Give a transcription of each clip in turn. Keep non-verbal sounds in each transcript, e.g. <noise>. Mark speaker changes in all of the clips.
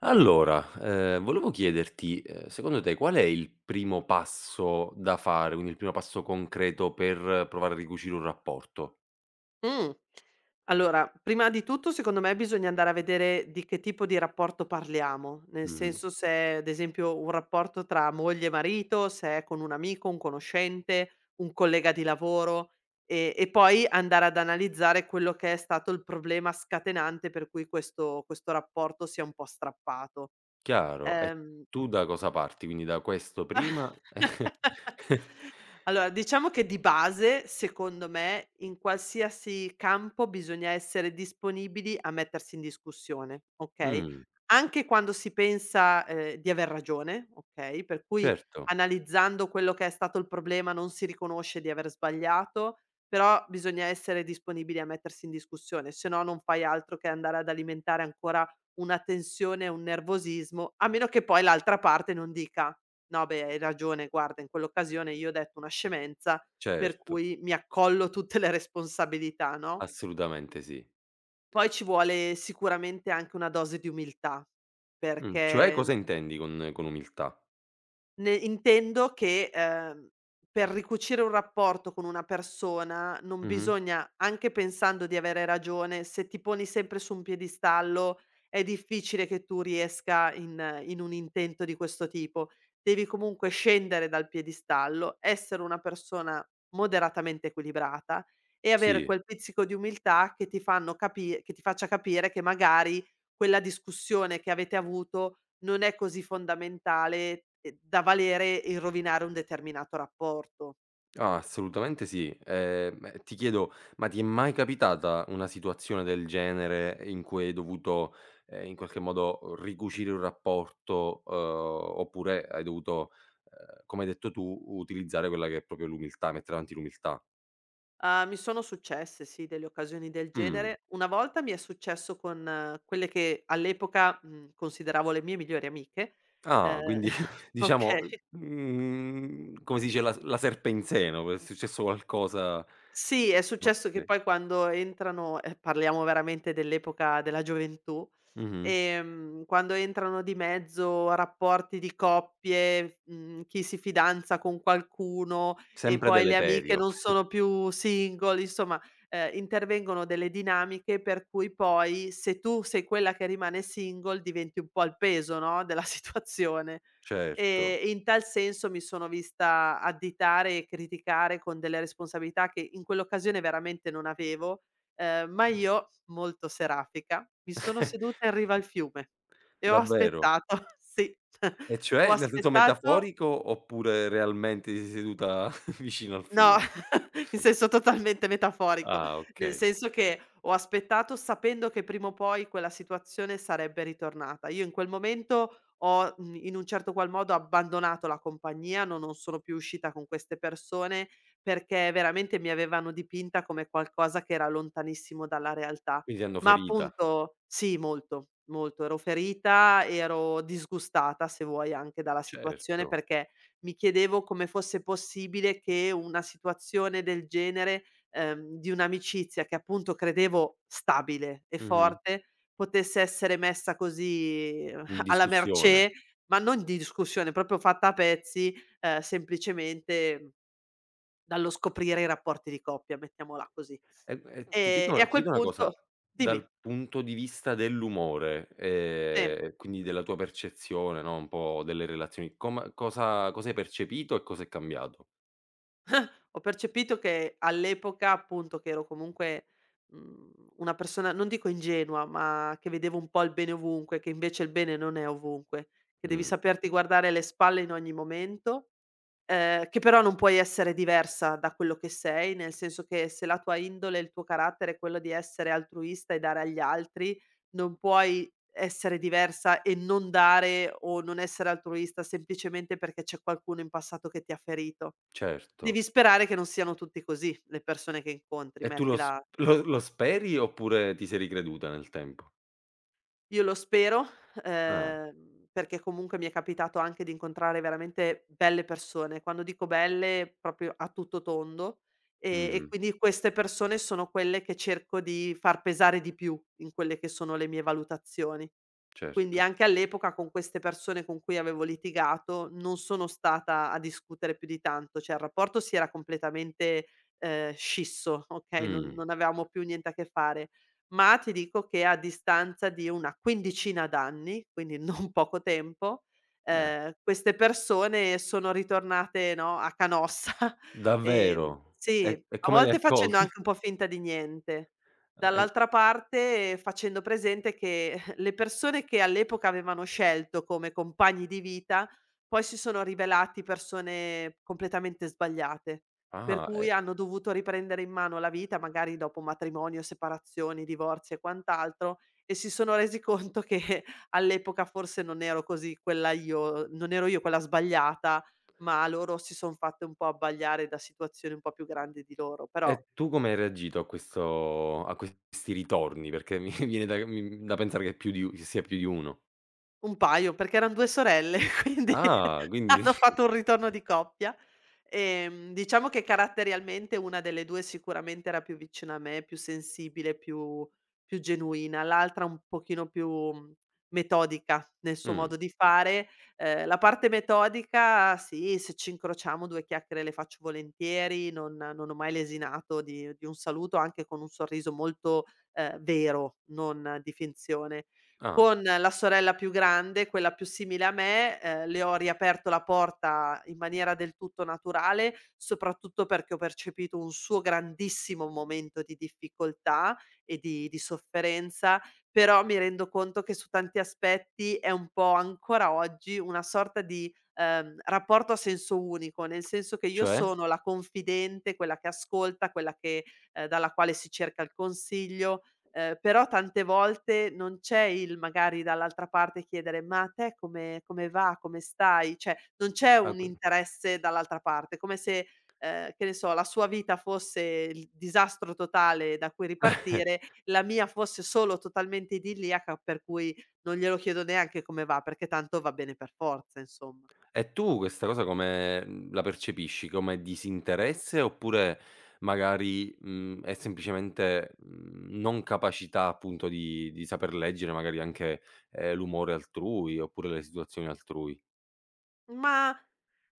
Speaker 1: Allora, volevo chiederti, secondo te qual è il primo passo da fare, quindi il primo passo concreto per provare a ricucire un rapporto?
Speaker 2: Mh. Allora, prima di tutto secondo me bisogna andare a vedere di che tipo di rapporto parliamo, nel
Speaker 1: Mh-mh.
Speaker 2: senso se è ad esempio un rapporto tra moglie e marito, se è con un amico, un conoscente, un collega di lavoro e poi andare ad analizzare quello che è stato il problema scatenante per cui questo rapporto si è un po' strappato.
Speaker 1: Chiaro. E
Speaker 2: Ehm
Speaker 1: tu da cosa parti? Quindi da questo prima
Speaker 2: <laughs>
Speaker 1: <laughs>
Speaker 2: Allora, diciamo che di base, secondo me, in qualsiasi campo bisogna essere disponibili a mettersi in discussione, okay,
Speaker 1: Mh,
Speaker 2: anche quando si pensa, di aver ragione, okay, per cui
Speaker 1: certo,
Speaker 2: analizzando quello che è stato il problema non si riconosce di aver sbagliato, però bisogna essere disponibili a mettersi in discussione, se no non fai altro che andare ad alimentare ancora una tensione e un nervosismo, a meno che poi l'altra parte non dica: "No beh, hai ragione, guarda in quell'occasione io ho detto una scemenza, per
Speaker 1: certo,
Speaker 2: cui mi accollo tutte le responsabilità", no,
Speaker 1: assolutamente sì.
Speaker 2: poi ci vuole sicuramente anche una dose di umiltà,
Speaker 1: Cioè
Speaker 2: perché
Speaker 1: cosa intendi con umiltà?
Speaker 2: ne intendo che, per ricucire un rapporto con una persona non
Speaker 1: Mh-mh.
Speaker 2: bisogna, anche pensando di avere ragione, se ti poni sempre su un piedistallo è difficile che tu riesca in un intento di questo tipo. Devi comunque scendere dal piedistallo, essere una persona moderatamente equilibrata e avere
Speaker 1: Sì.
Speaker 2: quel pizzico di umiltà che ti fanno capi che ti faccia capire che magari quella discussione che avete avuto non è così fondamentale, da valere il rovinare un determinato rapporto.
Speaker 1: Ah, assolutamente sì. E ti chiedo, ma ti è mai capitata una situazione del genere in cui hai dovuto, in qualche modo ricucire un rapporto, oppure hai dovuto, come hai detto tu, utilizzare quella che è proprio l'umiltà, mettere avanti l'umiltà?
Speaker 2: Ah, mi sono successe sì, delle occasioni del
Speaker 1: Mh.
Speaker 2: genere. Una volta mi è successo con quelle che all'epoca, mhmm, consideravo le mie migliori amiche,
Speaker 1: Ah,
Speaker 2: ehm
Speaker 1: quindi
Speaker 2: <laughs>
Speaker 1: <laughs> diciamo,
Speaker 2: okay.
Speaker 1: come si dice, la serpe in seno, è successo
Speaker 2: I
Speaker 1: qualcosa
Speaker 2: sì, è successo che
Speaker 1: okay.
Speaker 2: poi quando entrano, e parliamo veramente dell'epoca della gioventù.
Speaker 1: Mh-mh.
Speaker 2: Quando entrano di mezzo rapporti di coppie, mhmm, chi si fidanza con qualcuno e
Speaker 1: Sempre
Speaker 2: poi le amiche
Speaker 1: deleterio,
Speaker 2: non sono più single, insomma, intervengono delle dinamiche per cui poi se tu sei quella che rimane single diventi un po' il peso, no, della <laughs> situazione.
Speaker 1: certo.
Speaker 2: E in tal senso mi sono vista additare e criticare con delle responsabilità che in quell'occasione veramente non avevo. Ma io, molto serafica, mi sono seduta in riva al fiume e ho
Speaker 1: Davvero?
Speaker 2: aspettato, <laughs> sì, <laughs>
Speaker 1: E
Speaker 2: ho
Speaker 1: cioè? Nel senso
Speaker 2: aspettato.
Speaker 1: metaforico oppure realmente si è seduta <laughs> vicino al
Speaker 2: No,
Speaker 1: fiume?
Speaker 2: <laughs> in senso totalmente metaforico,
Speaker 1: Ah,
Speaker 2: nel
Speaker 1: okay.
Speaker 2: senso che ho aspettato sapendo che prima o poi quella situazione sarebbe ritornata. Io in quel momento ho, mhmm, in un certo qual modo abbandonato la compagnia, no, non sono più uscita con queste persone, perché veramente mi avevano dipinta come qualcosa che era lontanissimo dalla realtà.
Speaker 1: Quindi ti hanno
Speaker 2: Ma
Speaker 1: ferita.
Speaker 2: appunto sì, molto, molto. Ero ferita, ero disgustata, se vuoi, anche dalla situazione
Speaker 1: Certo.
Speaker 2: perché mi chiedevo come fosse possibile che una situazione del genere, di un'amicizia che appunto credevo stabile e
Speaker 1: Mh-mh.
Speaker 2: forte, potesse essere messa così
Speaker 1: In
Speaker 2: <laughs> alla mercé,
Speaker 1: discussione.
Speaker 2: ma non di discussione, proprio fatta a pezzi, semplicemente dallo scoprire i rapporti di coppia, mettiamola così.
Speaker 1: E
Speaker 2: E a
Speaker 1: ti
Speaker 2: quel
Speaker 1: chiedo una cosa,
Speaker 2: punto dimmi,
Speaker 1: dal punto di vista dell'umore,
Speaker 2: sì.
Speaker 1: quindi della tua percezione, no, un po' delle relazioni, com cosa cosa hai percepito e cosa è cambiato?
Speaker 2: Ho percepito che all'epoca, appunto, che ero comunque, mhmm, una persona non dico ingenua, ma che vedevo un po' il bene ovunque, che invece il bene non è ovunque, che devi
Speaker 1: Mh,
Speaker 2: saperti guardare le spalle in ogni momento, che però non puoi essere diversa da quello che sei, nel senso che se la tua indole, il tuo carattere è quello di essere altruista e dare agli altri, non puoi essere diversa e non dare o non essere altruista semplicemente perché c'è qualcuno in passato che ti ha ferito.
Speaker 1: certo.
Speaker 2: Devi sperare che non siano tutti così, le persone che incontri,
Speaker 1: E tu
Speaker 2: mettila.
Speaker 1: lo lo speri oppure ti sei ricreduta nel tempo?
Speaker 2: Io lo spero,
Speaker 1: Ah.
Speaker 2: perché comunque mi è capitato anche di incontrare veramente belle persone. Quando dico belle, proprio a tutto tondo,
Speaker 1: Mh-mh.
Speaker 2: e quindi queste persone sono quelle che cerco di far pesare di più in quelle che sono le mie valutazioni. Quindi
Speaker 1: Certo.
Speaker 2: anche all'epoca con queste persone con cui avevo litigato non sono stata a discutere più di tanto, cioè il rapporto si era completamente, scisso, okay, non
Speaker 1: Mh.
Speaker 2: non avevamo più niente a che fare. Ma ti dico che a distanza di una quindicina d'anni, quindi <laughs> non poco tempo,
Speaker 1: Eh,
Speaker 2: queste persone sono ritornate, no, a Canossa, <laughs> ehm
Speaker 1: davvero?
Speaker 2: sì,
Speaker 1: E
Speaker 2: a
Speaker 1: come l'hai
Speaker 2: volte facendo
Speaker 1: accolta?
Speaker 2: anche un po' finta di niente.
Speaker 1: Ah, e
Speaker 2: Dall'altra parte facendo presente che <laughs> le persone che all'epoca avevano scelto come compagni di vita, poi si sono rivelati persone completamente sbagliate,
Speaker 1: <laughs>
Speaker 2: per
Speaker 1: ah,
Speaker 2: cui hanno dovuto riprendere in mano la vita, magari dopo matrimonio, separazioni, divorzi e quant'altro, e si sono resi conto che <laughs> all'epoca forse non ero così quella io non ero io quella sbagliata, ma loro si son fatte un po' abbagliare da situazioni un po' più grandi di loro, però
Speaker 1: e tu come hai reagito a questo a questi ritorni? Perché mi <laughs> viene da mi da pensare che più di u ci sia più di uno.
Speaker 2: un paio, perché eran 2 sorelle, <laughs> quindi
Speaker 1: Ah, quindi
Speaker 2: hanno fatto
Speaker 1: <laughs>
Speaker 2: un ritorno di coppia. Diciamo che caratterialmente una delle 2 sicuramente era più vicina a me, più sensibile, più più genuina, l'altra un pochino più, mhmm, metodica nel suo
Speaker 1: mh,
Speaker 2: modo di fare. La parte metodica sì, se ci incrociamo 2 chiacchiere le faccio volentieri, non ho mai lesinato di un saluto, anche con un sorriso molto, vero, non di finzione.
Speaker 1: ah,
Speaker 2: Con la sorella più grande, quella più simile a me, le ho riaperto la porta in maniera del tutto naturale, soprattutto perché ho percepito un suo grandissimo momento di difficoltà e di sofferenza, però mi rendo conto che su tanti aspetti è un po' ancora oggi una sorta di, rapporto a senso unico, nel senso che io
Speaker 1: cioè?
Speaker 2: sono la confidente, quella che ascolta, quella che dalla quale si cerca il consiglio. Però tante volte non c'è il magari dall'altra parte chiedere: "Ma a te come come va? Come stai?" Cioè, non c'è
Speaker 1: Ah,
Speaker 2: un
Speaker 1: quin
Speaker 2: interesse dall'altra parte, come se, che ne so, la sua vita fosse il disastro totale da cui ripartire,
Speaker 1: <laughs>
Speaker 2: la mia fosse solo totalmente idilliaca, per cui non glielo chiedo neanche come va, perché tanto va bene per forza, insomma.
Speaker 1: E tu questa cosa come, la percepisci? Come disinteresse oppure magari, è semplicemente, non capacità appunto di saper leggere magari anche, l'umore altrui oppure le situazioni altrui?
Speaker 2: Ma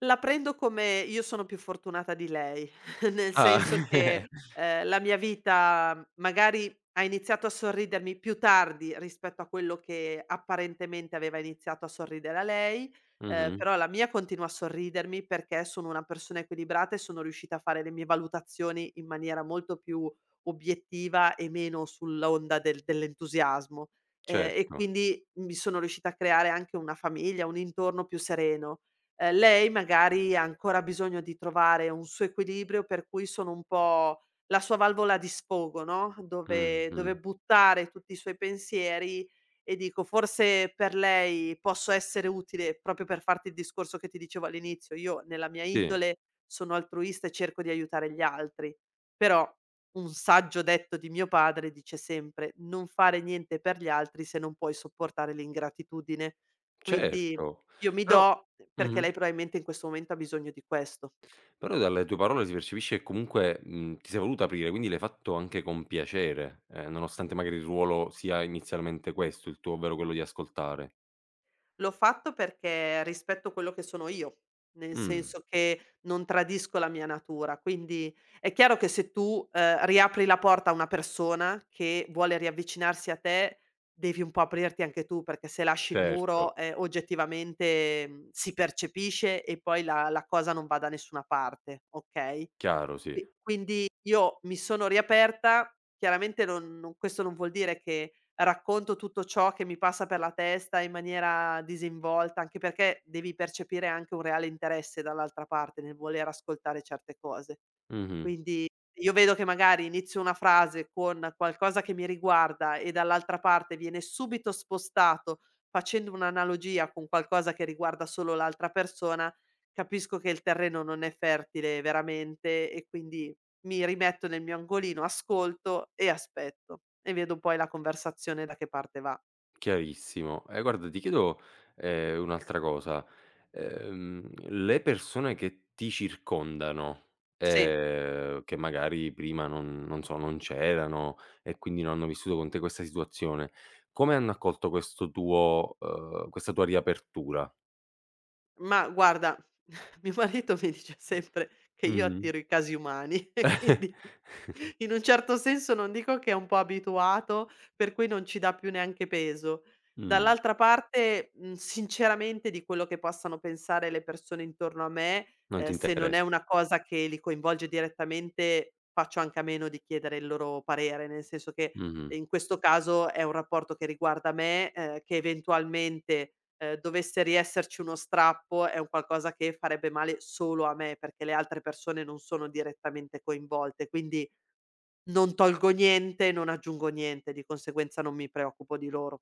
Speaker 2: la prendo come: io sono più fortunata di lei, <laughs> nel
Speaker 1: Ah,
Speaker 2: senso che,
Speaker 1: <laughs>
Speaker 2: la mia vita magari ha iniziato a sorridermi più tardi rispetto a quello che apparentemente aveva iniziato a sorridere a lei,
Speaker 1: mh-mh,
Speaker 2: però la mia continua a sorridermi perché sono una persona equilibrata e sono riuscita a fare le mie valutazioni in maniera molto più obiettiva e meno sull'onda dell'entusiasmo. E
Speaker 1: certo,
Speaker 2: quindi mi sono riuscita a creare anche una famiglia, un intorno più sereno. Lei magari ha ancora bisogno di trovare un suo equilibrio, per cui sono un po' la sua valvola di sfogo, no, dove
Speaker 1: mh-mh,
Speaker 2: dove buttare tutti i suoi pensieri, e dico forse per lei posso essere utile, proprio per farti il discorso che ti dicevo all'inizio: io nella mia
Speaker 1: sì,
Speaker 2: indole sono altruista e cerco di aiutare gli altri, però un saggio detto di mio padre dice sempre: "Non fare niente per gli altri se non puoi sopportare l'ingratitudine". Quindi
Speaker 1: certo,
Speaker 2: io mi
Speaker 1: però
Speaker 2: do, perché
Speaker 1: mh-mh.
Speaker 2: lei probabilmente in questo momento ha bisogno di questo.
Speaker 1: Però dalle tue parole si percepisce che comunque, ti sei voluta aprire, quindi l'hai fatto anche con piacere, nonostante magari il ruolo sia inizialmente questo il tuo, ovvero quello di ascoltare.
Speaker 2: L'ho fatto perché rispetto quello che sono io, nel
Speaker 1: Mh,
Speaker 2: senso che non tradisco la mia natura. Quindi è chiaro che se tu, riapri la porta a una persona che vuole riavvicinarsi a te, devi un po' aprirti anche tu, perché se lasci il
Speaker 1: certo,
Speaker 2: muro, oggettivamente, mhmm, si percepisce e poi la cosa non va da nessuna parte, okay?
Speaker 1: chiaro, sì.
Speaker 2: Qui quindi io mi sono riaperta, chiaramente non non questo non vuol dire che racconto tutto ciò che mi passa per la testa in maniera disinvolta, anche perché devi percepire anche un reale interesse dall'altra parte nel voler ascoltare certe cose.
Speaker 1: Mh-mh.
Speaker 2: Quindi io vedo che magari inizio una frase con qualcosa che mi riguarda e dall'altra parte viene subito spostato facendo un'analogia con qualcosa che riguarda solo l'altra persona. Capisco che il terreno non è fertile veramente e quindi mi rimetto nel mio angolino, ascolto e aspetto e vedo poi la conversazione da che parte va.
Speaker 1: Chiarissimo. E guarda, ti chiedo, un'altra cosa. Le persone che ti circondano,
Speaker 2: Sì.
Speaker 1: che magari prima non so, non c'erano e quindi non hanno vissuto con te questa situazione, come hanno accolto questo tuo questa tua riapertura?
Speaker 2: Ma guarda, <laughs> mio marito mi dice sempre che io
Speaker 1: Mh-mh.
Speaker 2: attiro i casi umani <laughs> e
Speaker 1: Mh. <laughs>
Speaker 2: quindi in un certo senso non dico che è, un po' abituato, per cui non ci dà più neanche peso. Dall'altra parte, mhmm, sinceramente di quello che possano pensare le persone intorno a me,
Speaker 1: Non ti
Speaker 2: se non è
Speaker 1: interessa.
Speaker 2: una cosa che li coinvolge direttamente, faccio anche a meno di chiedere il loro parere, nel senso che
Speaker 1: Mh-mh.
Speaker 2: in questo caso è un rapporto che riguarda me, che eventualmente, dovesse riesserci uno strappo, è un qualcosa che farebbe male solo a me, perché le altre persone non sono direttamente coinvolte, quindi non tolgo niente, non aggiungo niente, di conseguenza non mi preoccupo di loro.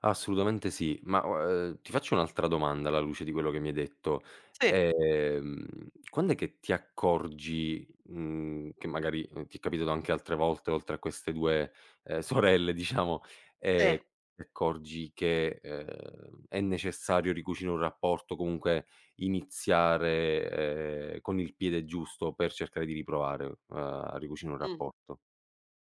Speaker 1: Assolutamente sì, ma, ti faccio un'altra domanda alla luce di quello che mi hai detto.
Speaker 2: Sì,
Speaker 1: Ehm, quand'è che ti accorgi, che magari, ti è capitato anche altre volte oltre a queste 2, ehm, <laughs> sorelle diciamo, ehm,
Speaker 2: sì,
Speaker 1: ti accorgi che, è necessario ricucire un rapporto, comunque iniziare, con il piede giusto per cercare di riprovare a ricucire un
Speaker 2: mh.
Speaker 1: rapporto?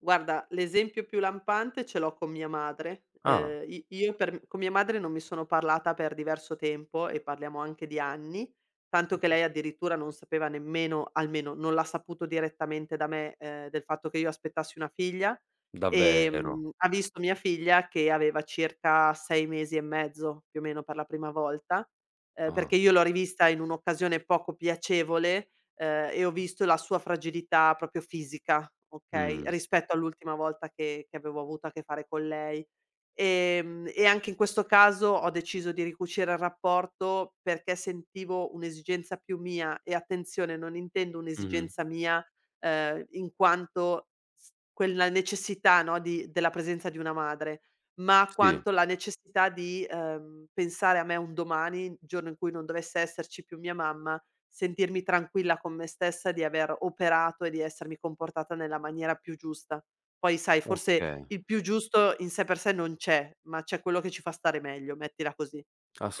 Speaker 2: Guarda, l'esempio più lampante ce l'ho con mia madre.
Speaker 1: Ah,
Speaker 2: I io per con mia madre non mi sono parlata per diverso tempo e parliamo anche di anni, tanto che lei addirittura non sapeva nemmeno almeno non l'ha saputo direttamente da me, del fatto che io aspettassi una figlia.
Speaker 1: davvero?
Speaker 2: Ha visto mia figlia che aveva circa 6 mesi e mezzo, più o meno, per la prima volta, perché
Speaker 1: Ah,
Speaker 2: io l'ho rivista in un'occasione poco piacevole, e ho visto la sua fragilità proprio fisica, okay,
Speaker 1: mh,
Speaker 2: rispetto all'ultima volta che avevo avuto a che fare con lei. E anche in questo caso ho deciso di ricucire il rapporto perché sentivo un'esigenza più mia e attenzione, non intendo
Speaker 1: mh-mh,
Speaker 2: un'esigenza mia, in quanto s quella necessità, no, di della presenza di una madre, ma
Speaker 1: sì.
Speaker 2: quanto la necessità di, pensare a me un domani, il giorno in cui non dovesse esserci più mia mamma, sentirmi tranquilla con me stessa di aver operato e di essermi comportata nella maniera più giusta. Poi sai, forse
Speaker 1: Okay,
Speaker 2: il più giusto in sé per sé non c'è, ma c'è quello che ci fa stare meglio, mettila così.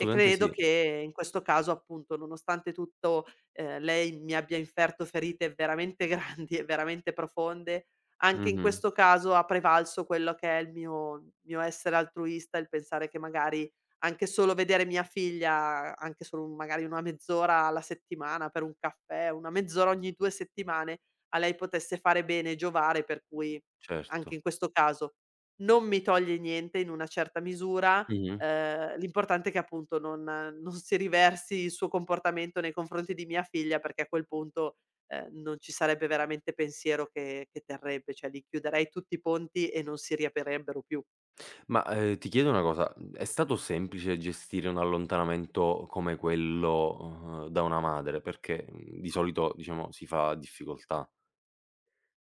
Speaker 2: E credo
Speaker 1: sì.
Speaker 2: che in questo caso, appunto, nonostante tutto, lei mi abbia inferto ferite veramente <laughs> grandi e veramente profonde, anche in
Speaker 1: Mh-mh.
Speaker 2: questo caso ha prevalso quello che è il mio essere altruista, il pensare che magari anche solo vedere mia figlia, anche solo magari una mezz'ora alla settimana per un caffè, una mezz'ora ogni 2 settimane, a lei potesse fare bene e giovare, per cui
Speaker 1: Certo.
Speaker 2: anche in questo caso non mi toglie niente in una certa misura,
Speaker 1: Mh-mh.
Speaker 2: l'importante è che appunto non si riversi il suo comportamento nei confronti di mia figlia, perché a quel punto, non ci sarebbe veramente pensiero che terrebbe, cioè li chiuderei tutti i ponti e non si riaprirebbero più.
Speaker 1: Ma, ti chiedo una cosa, è stato semplice gestire un allontanamento come quello, da una madre? Perché, di solito diciamo si fa a difficoltà.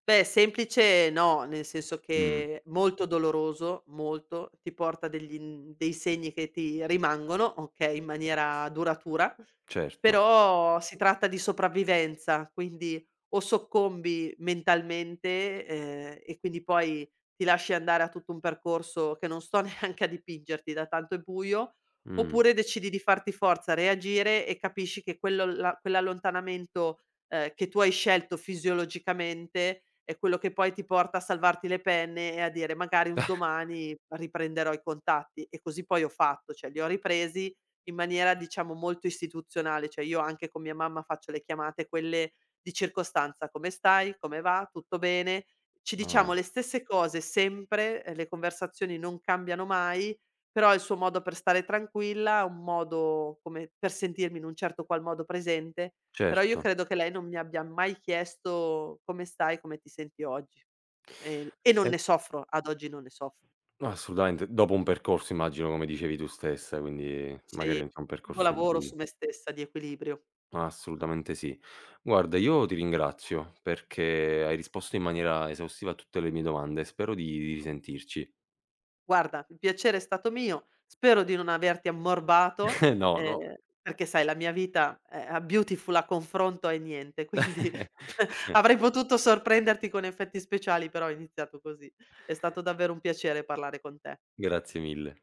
Speaker 2: Beh, semplice no, nel senso
Speaker 1: Mh,
Speaker 2: che molto doloroso, molto, ti porta degli in dei segni che ti rimangono, okay, in maniera duratura,
Speaker 1: certo.
Speaker 2: però si tratta di sopravvivenza, quindi o soccombi mentalmente, e quindi poi ti lasci andare a tutto un percorso che non sto <laughs> neanche a dipingerti, da tanto è buio,
Speaker 1: Mh.
Speaker 2: oppure decidi di farti forza, reagire e capisci che quello la quell'allontanamento, che tu hai scelto fisiologicamente, è quello che poi ti porta a salvarti le penne e a dire: "Magari un domani riprenderò i contatti" e così poi ho fatto, cioè li ho ripresi in maniera diciamo molto istituzionale, cioè io anche con mia mamma faccio le chiamate quelle di circostanza: "Come stai? Come va? Tutto bene?" Ci diciamo
Speaker 1: Ah,
Speaker 2: le stesse cose sempre, le conversazioni non cambiano mai, però il suo modo per stare tranquilla, un modo come per sentirmi in un certo qual modo presente, però io
Speaker 1: certo.
Speaker 2: credo che lei non mi abbia mai chiesto: "Come stai? Come ti senti oggi?" E non
Speaker 1: E
Speaker 2: ne soffro, ad oggi non ne soffro.
Speaker 1: assolutamente, dopo un percorso immagino come dicevi tu stessa, quindi
Speaker 2: Se
Speaker 1: magari
Speaker 2: io
Speaker 1: anche un
Speaker 2: <unintelligible>
Speaker 1: percorso
Speaker 2: lavoro
Speaker 1: buio.
Speaker 2: su me stessa di equilibrio.
Speaker 1: Assolutamente sì. Guarda, io ti ringrazio perché hai risposto in maniera esaustiva a tutte le mie domande. Spero di risentirci.
Speaker 2: Guarda, il piacere è stato mio, spero di non averti ammorbato,
Speaker 1: <laughs> No, no.
Speaker 2: ehm, perché sai la mia vita è a Beautiful a confronto è niente, <laughs> quindi
Speaker 1: <laughs>
Speaker 2: avrei potuto sorprenderti con effetti speciali, però ho iniziato così. È stato davvero un piacere parlare con te.
Speaker 1: Grazie mille.